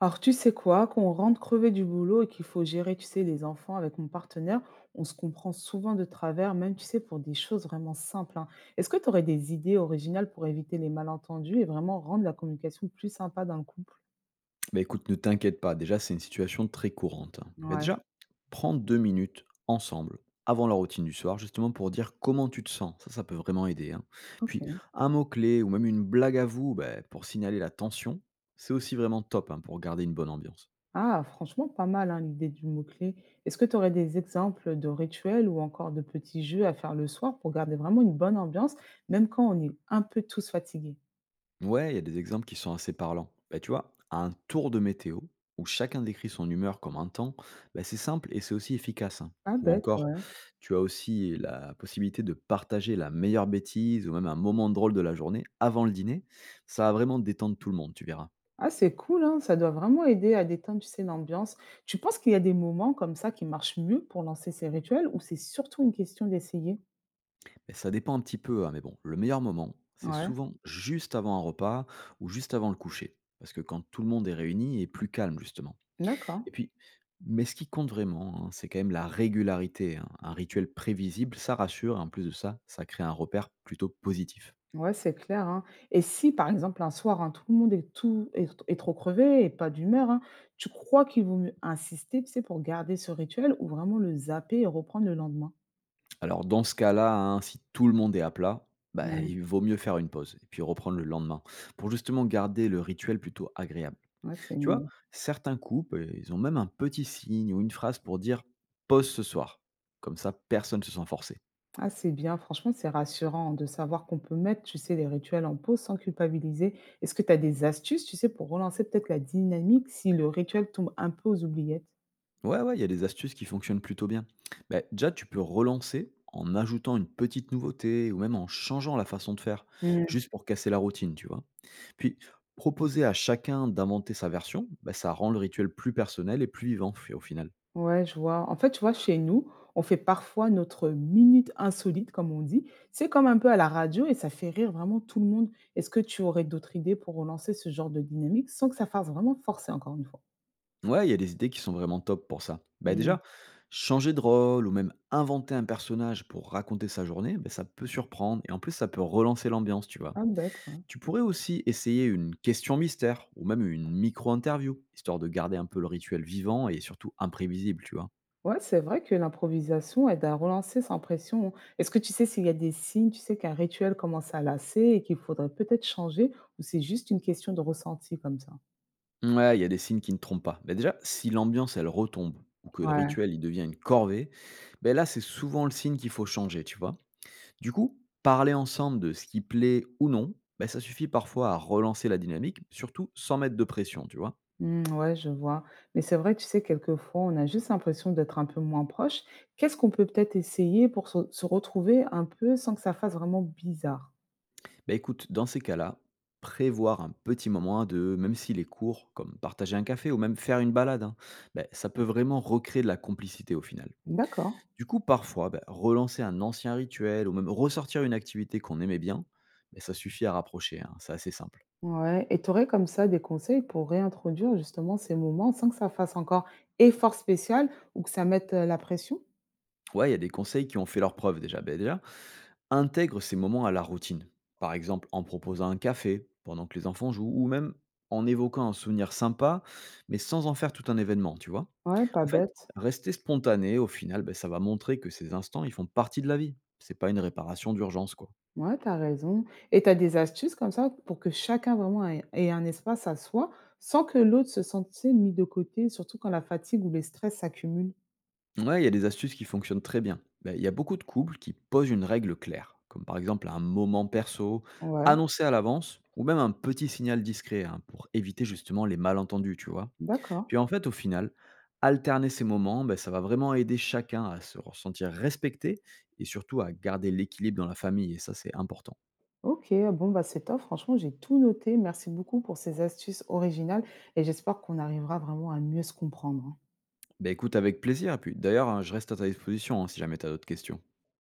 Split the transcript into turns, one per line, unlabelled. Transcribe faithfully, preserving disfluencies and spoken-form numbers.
Alors, tu sais quoi? Quand on rentre crevé du boulot et qu'il faut gérer, tu sais, les enfants avec mon partenaire, on se comprend souvent de travers, même, tu sais, pour des choses vraiment simples, hein. Est-ce que tu aurais des idées originales pour éviter les malentendus et vraiment rendre la communication plus sympa dans le couple?
Bah, écoute, ne t'inquiète pas, déjà, c'est une situation très courante. Hein. Bah,
Ouais,
déjà, prends deux minutes ensemble, avant la routine du soir, justement pour dire comment tu te sens. Ça, ça peut vraiment aider. Hein. Puis,
ok.
un mot-clé ou même une blague à vous bah, pour signaler la tension, c'est aussi vraiment top hein, pour garder une bonne ambiance.
Ah, franchement, pas mal, hein, l'idée du mot-clé. Est-ce que tu aurais des exemples de rituels ou encore de petits jeux à faire le soir pour garder vraiment une bonne ambiance, même quand on est un peu tous fatigués?
Ouais, il y a des exemples qui sont assez parlants. Bah, tu vois, un tour de météo, où chacun décrit son humeur comme un temps, bah, c'est simple et c'est aussi efficace. Hein.
Pas
Ou
bête,
encore,
ouais.
tu as aussi la possibilité de partager la meilleure bêtise ou même un moment drôle de la journée avant le dîner. Ça va vraiment détendre tout le monde, tu verras.
Ah, c'est cool, hein, ça doit vraiment aider à détendre, tu sais, l'ambiance. Tu penses qu'il y a des moments comme ça qui marchent mieux pour lancer ces rituels ou c'est surtout une question d'essayer?
Mais ça dépend un petit peu, hein, mais bon, le meilleur moment, c'est
Ouais,
souvent juste avant un repas ou juste avant le coucher. Parce que quand tout le monde est réuni, il est plus calme, justement.
d'accord.
Et puis mais ce qui compte vraiment, hein, c'est quand même la régularité, hein. Un rituel prévisible, ça rassure et en plus de ça, ça crée un repère plutôt positif.
Ouais, c'est clair, hein. Et si, par exemple, un soir, hein, tout le monde est tout est, est trop crevé et pas d'humeur, hein, tu crois qu'il vaut mieux insister, tu sais, pour garder ce rituel ou vraiment le zapper et reprendre le lendemain?
Alors dans ce cas-là, hein, si tout le monde est à plat, bah,
Mhm.
il vaut mieux faire une pause et puis reprendre le lendemain pour justement garder le rituel plutôt agréable.
Ouais, c'est
Tu vois,
mieux.
certains couples, euh, ils ont même un petit signe ou une phrase pour dire pause ce soir. Comme ça, personne ne se sent forcé.
Ah, c'est bien, franchement, c'est rassurant de savoir qu'on peut mettre, tu sais, les rituels en pause sans culpabiliser. Est-ce que tu as des astuces, tu sais, pour relancer peut-être la dynamique si le rituel tombe un peu aux oubliettes?
Ouais, ouais, il y a des astuces qui fonctionnent plutôt bien. Ben, déjà, tu peux relancer en ajoutant une petite nouveauté ou même en changeant la façon de faire,
Hmm.
juste pour casser la routine, tu vois. Puis, proposer à chacun d'inventer sa version, ben ça rend le rituel plus personnel et plus vivant fi- au final.
Ouais, je vois. En fait, tu vois, chez nous, on fait parfois notre minute insolite, comme on dit. C'est comme un peu à la radio et ça fait rire vraiment tout le monde. Est-ce que tu aurais d'autres idées pour relancer ce genre de dynamique sans que ça fasse vraiment forcer, encore une fois?
Ouais, il y a des idées qui sont vraiment top pour ça. Ben
Hmm.
déjà, changer de rôle ou même inventer un personnage pour raconter sa journée, ben ça peut surprendre et en plus, ça peut relancer l'ambiance, tu vois.
Pas bête, ouais.
Tu pourrais aussi essayer une question mystère ou même une micro-interview, histoire de garder un peu le rituel vivant et surtout imprévisible, tu vois.
Ouais, c'est vrai que l'improvisation aide à relancer sans pression, hein. Est-ce que tu sais s'il y a des signes, tu sais qu'un rituel commence à lasser et qu'il faudrait peut-être changer, ou c'est juste une question de ressenti comme ça?
Ouais, il y a des signes qui ne trompent pas. Mais déjà, si l'ambiance, elle retombe ou que le
Ouais.
rituel, il devient une corvée, ben là, c'est souvent le signe qu'il faut changer, tu vois. Du coup, parler ensemble de ce qui plaît ou non, ben ça suffit parfois à relancer la dynamique, surtout sans mettre de pression, tu vois.
Hmm, ouais, je vois. Mais c'est vrai, tu sais, quelquefois, on a juste l'impression d'être un peu moins proche. Qu'est-ce qu'on peut peut-être essayer pour se, se retrouver un peu sans que ça fasse vraiment bizarre?
Bah écoute, dans ces cas-là, prévoir un petit moment de, même s'il est court, comme partager un café ou même faire une balade, hein, bah, ça peut vraiment recréer de la complicité au final.
D'accord.
Du coup, parfois, bah, relancer un ancien rituel ou même ressortir une activité qu'on aimait bien, bah, ça suffit à rapprocher, hein, c'est assez simple.
Ouais. Et tu aurais comme ça des conseils pour réintroduire justement ces moments sans que ça fasse encore effort spécial ou que ça mette euh, la pression?
Ouais, il y a des conseils qui ont fait leur preuve déjà. Bah, déjà, intègre ces moments à la routine, par exemple en proposant un café pendant que les enfants jouent ou même en évoquant un souvenir sympa, mais sans en faire tout un événement, tu vois?
Ouais, pas
En fait,
bête.
rester spontané, au final, ben ça va montrer que ces instants, ils font partie de la vie. C'est pas une réparation d'urgence, quoi.
Ouais, t'as raison et t'as des astuces comme ça pour que chacun vraiment ait ait un espace à soi, sans que l'autre se sente, tu sais, mis de côté, surtout quand la fatigue ou les stress s'accumulent?
Ouais, il y a des astuces qui fonctionnent très bien. Bah, il y a beaucoup de couples qui posent une règle claire, comme par exemple un moment perso,
Ouais,
annoncé à l'avance, ou même un petit signal discret hein, pour éviter justement les malentendus, tu vois.
d'accord.
Puis en fait, au final, alterner ces moments, ben ça va vraiment aider chacun à se ressentir respecté et surtout à garder l'équilibre dans la famille. Et ça, c'est important.
OK, ah bon, bah, c'est top. Franchement, j'ai tout noté. Merci beaucoup pour ces astuces originales et j'espère qu'on arrivera vraiment à mieux se comprendre, hein.
Ben écoute avec plaisir. Et puis d'ailleurs, hein, je reste à ta disposition hein, si jamais tu as d'autres questions.